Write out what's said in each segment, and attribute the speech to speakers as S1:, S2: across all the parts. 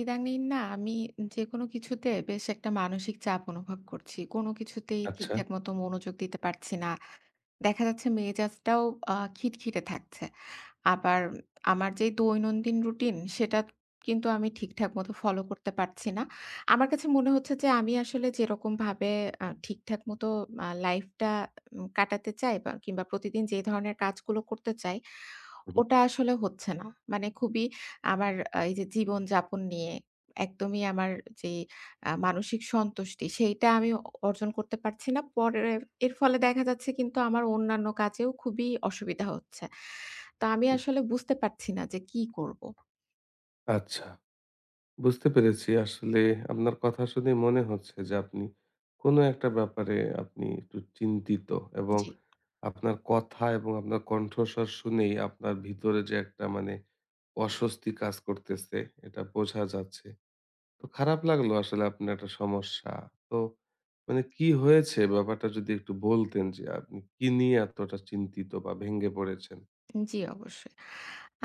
S1: ইদানিং না আমি যেকোনো কিছুতে বেশ একটা মানসিক চাপ অনুভব করছি। কোনো কিছুতেই
S2: আচ্ছা।
S1: ঠিকঠাক মতো মনোযোগ দিতে পারছি না। দেখা যাচ্ছে মেজাজটাও খিটখিটে থাকছে। আবার আমার যে দৈনন্দিন রুটিন সেটা কিন্তু আমি ঠিকঠাক মতো ফলো করতে পারছি না। আমার কাছে মনে হচ্ছে যে আমি আসলে যেরকমভাবে ঠিকঠাক মতো লাইফটা কাটাতে চাই বা কিংবা প্রতিদিন যে ধরনের কাজগুলো করতে চাই
S2: হুম,
S1: ওটা আসলে হচ্ছে না। মানে খুবই আমার এই যে জীবনযাপন নিয়ে একদমই আমার যেই মানসিক সন্তুষ্টি সেইটা আমি অর্জন করতে পারছি না। পরে এর ফলে দেখা যাচ্ছে কিন্তু আমার অন্যান্য কাজেও খুবই অসুবিধা হচ্ছে। তো আমি
S2: হুম।
S1: আসলে বুঝতে পারছি না যে কি করব?
S2: আচ্ছা, বুঝতে পেরেছি। আসলে আপনার কথা শুনে মনে হচ্ছে যে আপনি কোনো একটা ব্যাপারে আপনি একটু চিন্তিত, এবং
S1: জি।
S2: আপনার কথা এবং আপনার কণ্ঠস্বর শুনেই আপনার ভিতরে যে একটা মানে অস্বস্তি কাজ করতেছে এটা বোঝা যাচ্ছে। তো খারাপ লাগলো আসলে আপনার একটা সমস্যা। তো মানে কি হয়েছে ব্যাপারটা যদি একটু বলতেন যে আপনি কি নিয়ে এতটা চিন্তিত বা ভেঙে পড়েছেন?
S1: জি, অবশ্যই।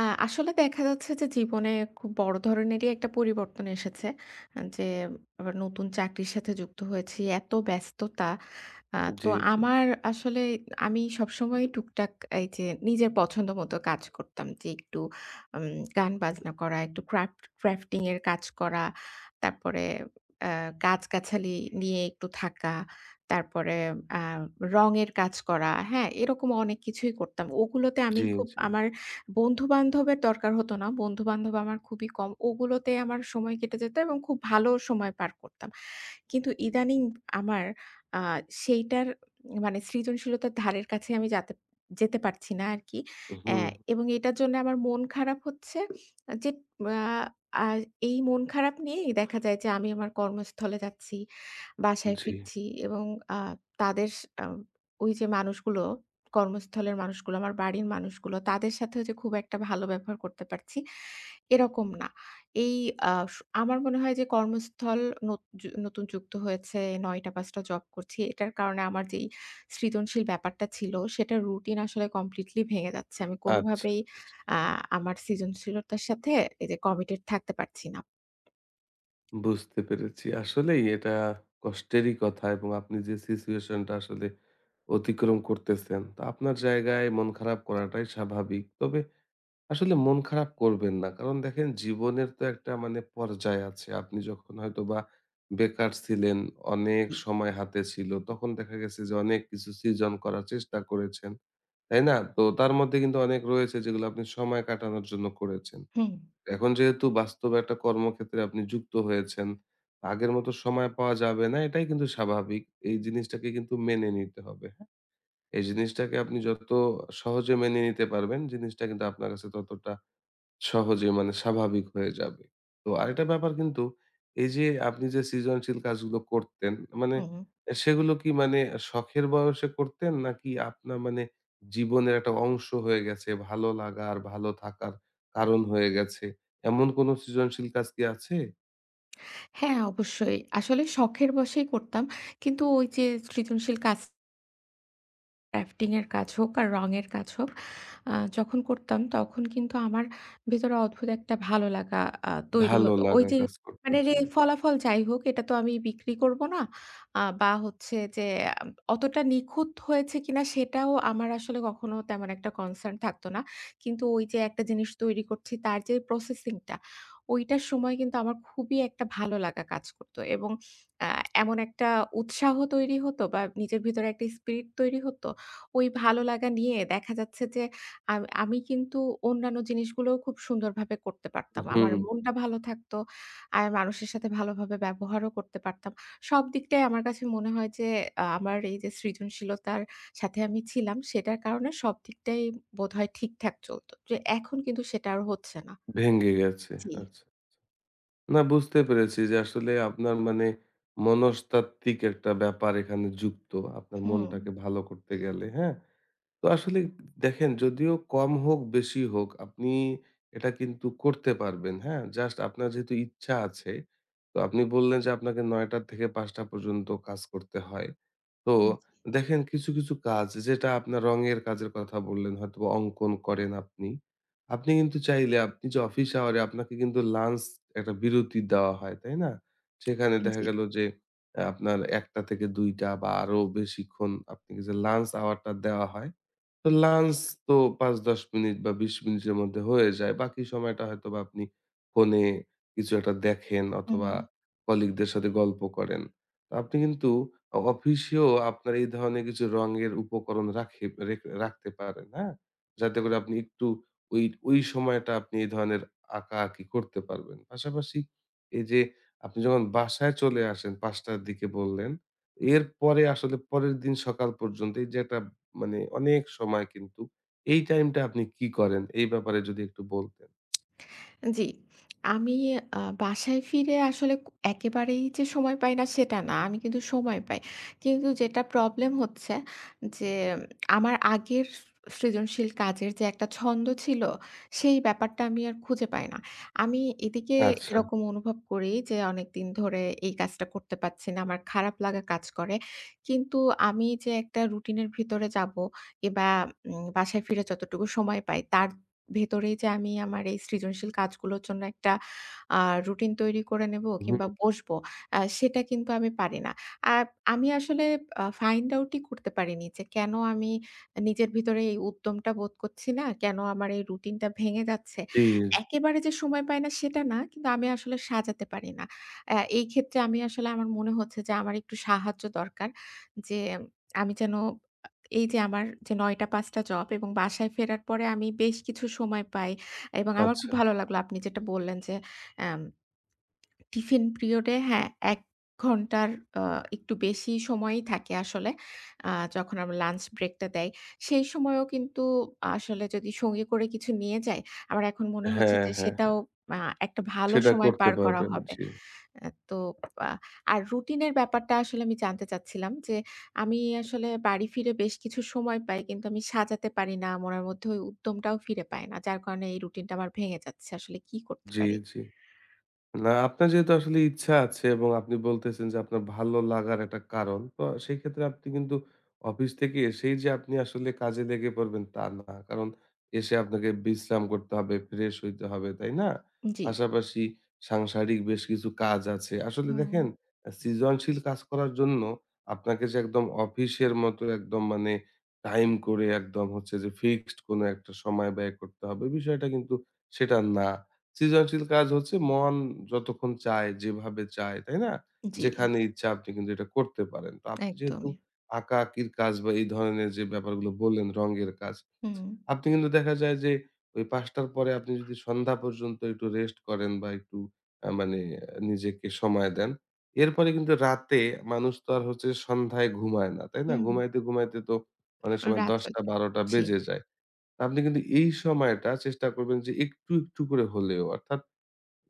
S1: আসলে দেখা যাচ্ছে যে জীবনে খুব বড় ধরনেরই একটা পরিবর্তন এসেছে। আ যে আবার নতুন চাকরির সাথে যুক্ত হয়েছি। এত ব্যস্ততা। আ
S2: জি,
S1: তো
S2: জি।
S1: আমার আসলে আমি সবসময়ই টুকটাক এই যে নিজের পছন্দ মতো কাজ করতাম। যে একটু উম গান-বাজনা করা, একটু ক্রাফটিং এর কাজ করা। তারপরে আ গাছগাছালি নিয়ে একটু থাকা। তারপরে আ রঙের কাজ করা, হ্যাঁ? এরকম অনেক কিছুই করতাম। ওগুলোতে আমি
S2: জি,
S1: খুব
S2: জি।
S1: আমার বন্ধু-বান্ধবের দরকার হতো না। বন্ধু-বান্ধব আমার খুবই কম। ওগুলোতে আমার সময় কেটে যেত এবং খুব ভালো সময় পার করতাম। কিন্তু ইদানিং আমার আ সেইটার মানে সৃজনশীলতার ধারের কাছে আমি যাতে যেতে পারছি না আরকি। অ্যা
S2: হুম,
S1: এবং এটার জন্য আমার মন খারাপ হচ্ছে যে আ আর এই মন খারাপ নিয়েই দেখা যায় যে আমি আমার কর্মস্থলে যাচ্ছি, বাসায়
S2: জি।
S1: ফিরছি এবং আ তাদের স আ ওই যে মানুষগুলো, কর্মস্থলের মানুষগুলো, আমার বাড়ির মানুষগুলো তাদের সাথেও যে খুব একটা ভালো ব্যবহার করতে পারছি, এরকম না। এই আ স আমার মনে হয় যে কর্মস্থল নত যু নতুন যুক্ত হয়েছে, ৯ টা ৫ টা জব করছি। এটার কারণে আমার যেই সৃজনশীল ব্যাপারটা ছিল সেটার রুটিন আসলে কমপ্লিটলি ভেঙে যাচ্ছে। আমি
S2: আচ্ছা,
S1: কোনোভাবেই
S2: আচ্ছা।
S1: আ আমার সৃজনশীলতার সাথে এই যে কমিটেড থাকতে পারছি না।
S2: বুঝতে পেরেছি। আসলেই এটা কষ্টেরই কথা, এবং আপনি যে সিচুয়েশন টা আসলে অতিক্রম করতেছেন, তো আপনার জায়গায় মন খারাপ করাটাই স্বাভাবিক। তবে আসলে মন খারাপ করবেন না। কারণ দেখেন জীবনের তো একটা মানে পর্যায় আছে। আপনি যখন হয়তোবা বেকার ছিলেন, অনেক
S1: জি।
S2: সময় হাতে ছিল, তখন দেখা গেছে যে অনেক কিছু সৃজন করার চেষ্টা করেছেন। তাই না? তো তার মধ্যে কিন্তু অনেক রয়েছে যেগুলো আপনি সময় কাটানোর জন্য করেছেন।
S1: হুম,
S2: এখন যেহেতু বাস্তবে একটা কর্মক্ষেত্রে আপনি যুক্ত হয়েছেন, আগের মতো সময় পাওয়া যাবে না এটাই কিন্তু স্বাভাবিক। এই জিনিসটাকে কিন্তু মেনে নিতে হবে, হ্যাঁ? এই জিনিসটাকে আপনি যত সহজে মেনে নিতে পারবেন, জিনিসটা কিন্তু আপনার কাছে ততটা সহজে মানে স্বাভাবিক হয়ে যাবে। তো আরেকটা ব্যাপার কিন্তু এই যে আপনি যে সৃজনশীল কাজগুলো করতেন মানে
S1: হুম।
S2: সেগুলো কি মানে শখের বয়সে করতেন? নাকি আপনার মানে জীবনের একটা অংশ হয়ে গেছে, ভালো লাগা আর ভালো থাকার কারণ হয়ে গেছে? এমন কোনো সৃজনশীল কাজ কি আছে?
S1: হ্যাঁ, অবশ্যই। আসলে শখের বশেই করতাম। কিন্তু ওই যে সৃজনশীল কাজ ক্রাফটিং এর কাজ হোক আর রঙের কাজ হোক, যখন করতাম তখন কিন্তু আমার ভেতরে অদ্ভুত একটা ভালো লাগা তৈরি
S2: ভালো
S1: হতো। ওই
S2: লাগা
S1: যে
S2: কাজ করত
S1: মানে
S2: জি।
S1: ফলাফল যাই হোক এটা তো আমি বিক্রি করব না। বা হচ্ছে যে আম অতটা নিখুঁত হয়েছে কিনা সেটাও আমার আসলে কখনো তেমন একটা কনসার্ন থাকতো না। কিন্তু ওই যে একটা জিনিস তৈরি করছি তার যে প্রসেসিং টা ওইটার সময় কিন্তু আমার খুবই একটা ভালো লাগা কাজ করতো এবং আ এমন একটা উৎসাহ তৈরি হতো বা নিজের ভিতরে একটা স্পিরিট তৈরি হতো ওই ভালো লাগা নিয়ে দেখা যাচ্ছে যে আমি কিন্তু অন্যান্য জিনিসগুলোও খুব সুন্দরভাবে করতে পারতাম। আমার
S2: হুম,
S1: মনটা ভালো থাকতো। আর মানুষের সাথে ভালোভাবে ব্যবহারও করতে পারতাম। সব দিকটাই আমার কাছে মনে হয় যে আমার এই যে সৃজনশীলতার সাথে আমি ছিলাম সেটার কারণে সব দিকটাই বোধহয় ঠিকঠাক চলত। যে এখন কিন্তু সেটা আর হচ্ছে না।
S2: ভেঙে গেছে।
S1: জি।
S2: আচ্ছা। না, বুঝতে পেরেছি যে আসলে আপনার মানে মনস্তাত্ত্বিক একটা ব্যাপার এখানে যুক্ত, আপনার
S1: হুম।
S2: মনটাকে ভালো করতে গেলে, হ্যাঁ। তো আসলে দেখেন যদিও কম হোক বেশি হোক আপনি এটা কিন্তু করতে পারবেন, হ্যাঁ, জাস্ট আপনার যেহেতু ইচ্ছা আছে। তো আপনি বললেন যে আপনাকে নয়টার থেকে পাঁচটা পর্যন্ত কাজ করতে হয়। তো দেখেন কিছু, কিছু কাজ, যেটা আপনার রঙের কাজের কথা বললেন হয়তোবা অঙ্কন করেন আপনি। আপনি কিন্তু চাইলে আপনি যে অফিস আওয়ারে আপনাকে কিন্তু লাঞ্চ একটা বিরতি দেওয়া হয়, তাই না? সেখানে দেখা
S1: জি, জি।
S2: গেল যে আপনার ১টা থেকে ২টা বা আরো বেশিক্ষণ আপনাকে যে লাঞ্চ আওয়ারটা দেওয়া হয়, তো লাঞ্চ তো ৫-১০ মিনিট বা ২০ মিনিটের মধ্যে হয়ে যায়। বাকি সময়টা হয়তোবা আপনি ফোনে কিছু একটা দেখেন,
S1: হুম।
S2: অথবা কলিগদের সাথে গল্প করেন। তো আপনি কিন্তু অফিসেও আপনার এই ধরনের কিছু রঙের উপকরণ রাখে রেখ রাখতে পারেন, হ্যাঁ? যাতে করে আপনি একটু ওই, ওই সময়টা আপনি এই ধরনের আঁকাআঁকি করতে পারবেন। পাশাপাশি এই যে আপনি যখন বাসায় চলে আসেন ৫ টার দিকে বললেন, এরপরে আসলে পরের দিন সকাল পর্যন্ত এই যে একটা মানে অনেক সময় কিন্তু। এই টাইমটা আপনি কি করেন? এই ব্যাপারে যদি একটু বলতেন।
S1: জি। আমি বাসায় ফিরে আসলে একেবারেই যে সময় পাই না সেটা না। আমি কিন্তু সময় পাই। কিন্তু যেটা প্রবলেম হচ্ছে যে উম, আমার আগের সৃজনশীল কাজের যে একটা ছন্দ ছিল, সেই ব্যাপারটা আমি আর খুঁজে পাই না। আমি এদিকে
S2: আচ্ছা।
S1: এরকম অনুভব করি যে অনেকদিন ধরে এই কাজটা করতে পারছি না। আমার খারাপ লাগা কাজ করে। কিন্তু আমি যে একটা রুটিনের ভিতরে যাবো কিংবা বাসায় ফিরে যতটুকু সময় পাই তার ভেতরেই যে আমি আমার এই সৃজনশীল কাজগুলোর জন্য একটা আ রুটিন তৈরি করে নেবো
S2: হুম,
S1: কিংবা বসবো, সেটা কিন্তু আমি পারি না। আর আমি আসলে ফাইন্ড আউট ই করতে পারিনি যে কেন আমি নিজের ভিতরে এই উদ্যমটা বোধ করছি না, কেন আমার এই রুটিনটা ভেঙে যাচ্ছে।
S2: জি, জি।
S1: একেবারে যে সময় পাই না সেটা না, কিন্তু আমি আসলে সাজাতে পারি না। এই ক্ষেত্রে আমি আসলে আমার মনে হচ্ছে যে আমার একটু সাহায্য দরকার যে আমি যেন এই যে আমার যে ৯ঃ০০-৫ঃ০০ টা জব এবং বাসায় ফেরার পরে আমি বেশ কিছু সময় পাই এবং আমার খুব
S2: আচ্ছা।
S1: ভালো লাগলো আপনি যেটা বললেন যে, অ্যাম টিফিন পিরিয়ডে হ্যাঁ, ১ ঘন্টার আ একটু বেশি সময়ই থাকে আসলে। আ যখন আমরা লাঞ্চ ব্রেকটা দেয়। সেই সময়েও কিন্তু আসলে যদি সঙ্গে করে কিছু নিয়ে যাই, আমার এখন মনে হচ্ছে
S2: হ্যাঁ,
S1: যে
S2: হ্যাঁ,
S1: সেটাও
S2: হ্যাঁ।
S1: আ একটা ভালো
S2: সেটা
S1: সময়
S2: করতে
S1: পার করা
S2: পারবেন।
S1: হবে।
S2: জি,
S1: তো আ আর রুটিনের ব্যাপারটা আসলে আমি জানতে চাচ্ছিলাম যে, আমি আসলে বাড়ি ফিরে বেশ কিছু সময় পাই। কিন্তু আমি সাজাতে পারি না। মনের মধ্যে ওই উদ্যমটাও ফিরে পায় না। যার কারণে এই রুটিনটা আমার ভেঙে যাচ্ছে। আসলে কি করতে
S2: জি,
S1: পারি?
S2: জি। না, আপনার যেহেতু আসলে ইচ্ছা আছে, এবং আপনি বলতেছেন যে আপনার ভালো লাগার একটা কারণ। তো সেই ক্ষেত্রে আপনি কিন্তু অফিস থেকে এসেই যে আপনি আসলে কাজে লেগে পড়বেন তা না। কারণ এসে আপনাকে বিশ্রাম করতে হবে, ফ্রেশ হইতে হবে, তাই না?
S1: জি।
S2: পাশাপাশি সাংসারিক বেশ কিছু কাজ আছে। আসলে
S1: হুম,
S2: দেখেন সৃজনশীল কাজ করার জন্য আপনাকে যে একদম অফিসের মতো একদম মানে টাইম করে একদম হচ্ছে যে ফিক্সড কোনো একটা সময় ব্যয় করতে হবে বিষয়টা কিন্তু সেটা না। সৃজনশীল কাজ হচ্ছে মন যতক্ষণ চায়, যেভাবে চায়, তাই না?
S1: জি,
S2: যেখানে ইচ্ছা আপনি কিন্তু এটা করতে পারেন। তো আপনি যেহেতু
S1: একদমই।
S2: আঁকাআঁকির কাজ বা এই ধরনের যে ব্যাপারগুলো বললেন রঙের কাজ,
S1: হুম,
S2: আপনি কিন্তু দেখা যায় যে ওই ৫ টার পরে আপনি যদি সন্ধ্যা পর্যন্ত একটু রেস্ট করেন বা একটু মানে নিজেকে সময় দেন, এরপরে কিন্তু রাতে মানুষ তো আর হচ্ছে সন্ধ্যায় ঘুমায় না, তাই না?
S1: হুম,
S2: ঘুমাইতে,
S1: হুম।
S2: ঘুমাইতে তো অনেক সময়
S1: রাত
S2: ১০টা
S1: হলে
S2: ১২টা
S1: জি,
S2: বেজে যায়। আপনি কিন্তু এই সময়টা চেষ্টা করবেন যে একটু, একটু করে হলেও, অর্থাৎ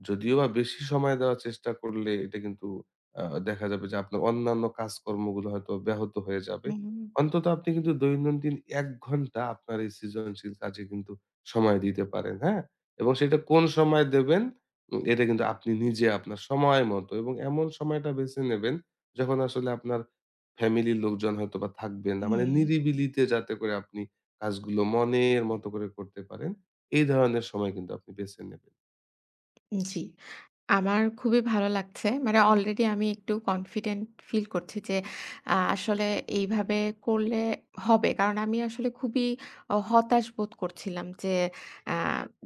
S2: যদিও বা বেশি সময় দেওয়ার চেষ্টা করলে এটা কিন্তু দেখা যাবে যে আপনার অন্যান্য কাজকর্মগুলো হয়তো ব্যাহত হয়ে যাবে।
S1: হুম,
S2: অন্তত আপনি কিন্তু দৈনন্দিন ১ ঘন্টা আপনার এই সৃজনশীল কাজে কিন্তু সময় দিতে পারেন, হ্যাঁ? এবং সেটা কোন সময় দেবেন এটা কিন্তু আপনি নিজে আপনার সময় মতো, এবং এমন সময়টা বেছে নেবেন যখন আসলে আপনার ফ্যামিলির লোকজন হয়তোবা থাকবে না। মানে
S1: হুম।
S2: নিরিবিলিতে যাতে করে আপনি কাজগুলো মনের মতো করে করতে পারেন, এই ধরনের সময় কিন্তু আপনি বেছে নেবেন।
S1: জি। আমার খুবই ভালো লাগছে। মানে অলরেডি আমি একটু কনফিডেন্ট ফিল করছি যে আসলে এইভাবে করলে হবে। কারণ আমি আসলে খুবই হতাশ বোধ করছিলাম যে আ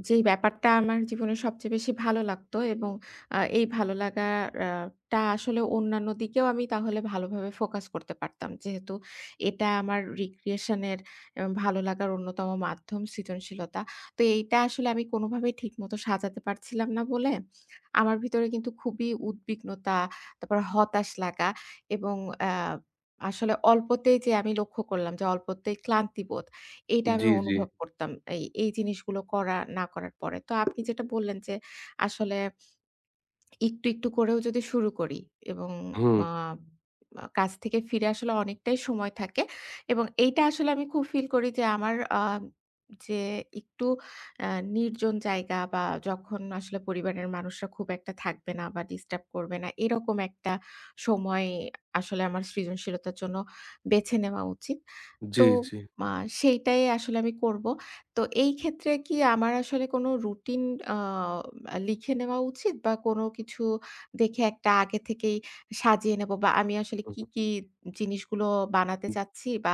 S1: যেই ব্যাপারটা আমার জীবনে সবচেয়ে বেশি ভালো লাগতো এবং এই ভালো লাগার টা আসলে অন্যান্য দিকেও আমি তাহলে ভালোভাবে ফোকাস করতে পারতাম। যেহেতু এটা আমার রিক্রিয়েশন এর এ ভালো লাগার অন্যতম মাধ্যম সৃজনশীলতা। তো এইটা আসলে আমি কোনোভাবেই ঠিকমতো সাজাতে পারছিলাম না বলে, আমার ভিতরে কিন্তু খুবই উদ্বিগ্নতা, তারপরে হতাশ লাগা এবং আ আসলে অল্পতেই যে আমি লক্ষ্য করলাম যে অল্পতেই ক্লান্তিবোধ, এইটা আমি
S2: জি, জি।
S1: অনুভব করতাম এই জিনিসগুলো করা না করার পরে। তো আপনি যেটা বললেন যে আসলে একটু, একটু করেও যদি শুরু করি এবং
S2: হুম।
S1: আ আ কাজ থেকে ফিরে আসলে অনেকটাই সময় থাকে এবং এইটা আসলে আমি খুব ফিল করি যে আমার যে একটু আ নির্জন জায়গা বা যখন আসলে পরিবারের মানুষরা খুব একটা থাকবে না বা ডিস্টার্ব করবে না, এরকম একটা সময় আসলে আমার সৃজনশীলতার জন্য বেছে নেওয়া উচিত।
S2: জি,
S1: তো
S2: জি।
S1: মা সেইটাই আসলে আমি করব। তো এই ক্ষেত্রে কি আমার আসলে কোনো রুটিন আ লিখে নেওয়া উচিত? বা কোনো কিছু দেখে একটা আগে থেকেই সাজিয়ে নেব বা আমি আসলে
S2: হু,
S1: কি,
S2: হু।
S1: কি জিনিসগুলো বানাতে চাচ্ছি বা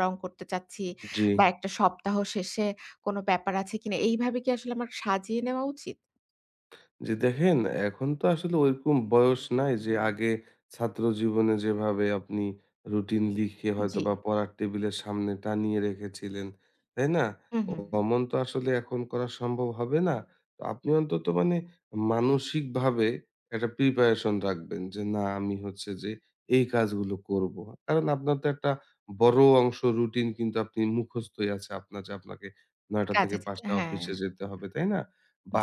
S1: রং করতে চাচ্ছি
S2: জি।
S1: বা একটা সপ্তাহ শেষে কোনো ব্যাপার আছে কিনা? এইভাবে কি আসলে আমার সাজিয়ে নেওয়া উচিত?
S2: জি দেখেন, এখন তো আসলে ওইরকম বয়স নাই যে আগে ছাত্র জীবনে যেভাবে আপনি রুটিন লিখে
S1: জি।
S2: হয়তোবা পড়ার টেবিলের সামনে টানিয়ে রেখেছিলেন, তাই না?
S1: হুম, হুম, হুম।
S2: অমন তো আসলে এখন করা সম্ভব হবে না। তো আপনি অন্তত মানে মানসিকভাবে একটা প্রিপারেশন রাখবেন যে, "না, আমি হচ্ছে যে এই কাজগুলো করব।" কারণ আপনার তো একটা বড় অংশ রুটিন কিন্তু আপনি মুখস্থই আছে আপনার যে আপনাকে ৯ঃ০০ থেকে
S1: কাজে যেতে
S2: ৫ঃ০০
S1: হ্যাঁ,
S2: অফিসে যেতে হবে, তাই না?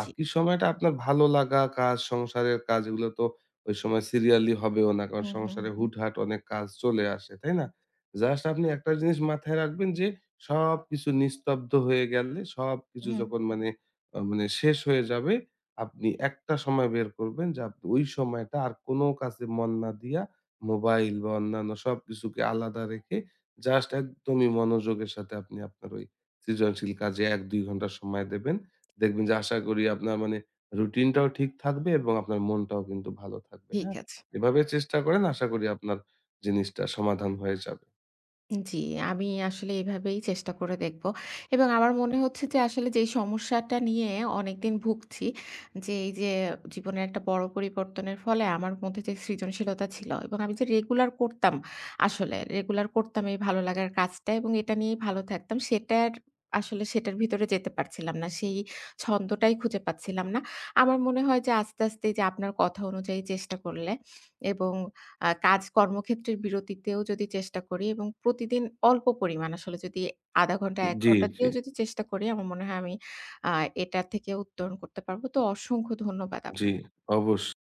S1: জি।
S2: সময়টা আপনার ভালো লাগা কাজ, সংসারের কাজ, এগুলো তো ওই সময় সিরিয়ালি হবেও না। কারণ
S1: হুম, হুম,
S2: সংসারে
S1: হুম,
S2: হুটহাট অনেক কাজ চলে আসে, তাই না? জাস্ট আপনি একটা জিনিস মাথায় রাখবেন যে সবকিছু নিস্তব্ধ হয়ে গেলে, সবকিছু
S1: হুম।
S2: যখন মানে মানে শেষ হয়ে যাবে, আপনি একটা সময় বের করবেন যে আপনি ওই সময়টা আর কোনো কাজে মন না দিয়া, মোবাইল বা অন্যান্য সবকিছুকে আলাদা রেখে, জাস্ট একদমই মনোযোগের সাথে আপনি আপনার ওই সৃজনশীল কাজে ১-২ ঘন্টা সময় দেবেন। দেখবেন যে আশা করি আপনার মানে রুটিনটাও ঠিক থাকবে, এবং আপনার মনটাও কিন্তু ভালো থাকবে।
S1: ঠিক
S2: হ্যাঁ?
S1: আছে।
S2: এভাবে চেষ্টা করেন, আশা করি আপনার জিনিসটা সমাধান হয়ে যাবে।
S1: জি, আমি আসলে এভাবেই চেষ্টা করে দেখব। এবং আমার মনে হচ্ছে যে আসলে যেই সমস্যাটা নিয়ে অনেকদিন ভুগছি, যে এই যে জীবনের একটা বড় পরিবর্তনের ফলে আমার মধ্যে যে সৃজনশীলতা ছিল এবং আমি যে রেগুলার করতাম আসলে, রেগুলার করতাম এই ভালো লাগার কাজটা এবং এটা নিয়েই ভালো থাকতাম সেটার আসলে সেটার ভিতরে যেতে পারছিলাম না। সেই ছন্দটাই খুঁজে পাচ্ছিলাম না। আমার মনে হয় যে আস্তে, আস্তে এই যে আপনার কথা অনুযায়ী চেষ্টা করলে এবং কাজ কর্মক্ষেত্রের বিরতিতেও যদি চেষ্টা করি এবং প্রতিদিন অল্প পরিমাণ আসলে যদি ০.৫ ঘন্টা ১
S2: জি,
S1: ঘন্টা
S2: জি,
S1: দিয়েও যদি চেষ্টা করি আমার মনে হয় আমি আ এটা থেকে উত্তরণ করতে পারব। তো অসংখ্য ধন্যবাদ
S2: জি,
S1: আপনাকে।
S2: অবশ্যই।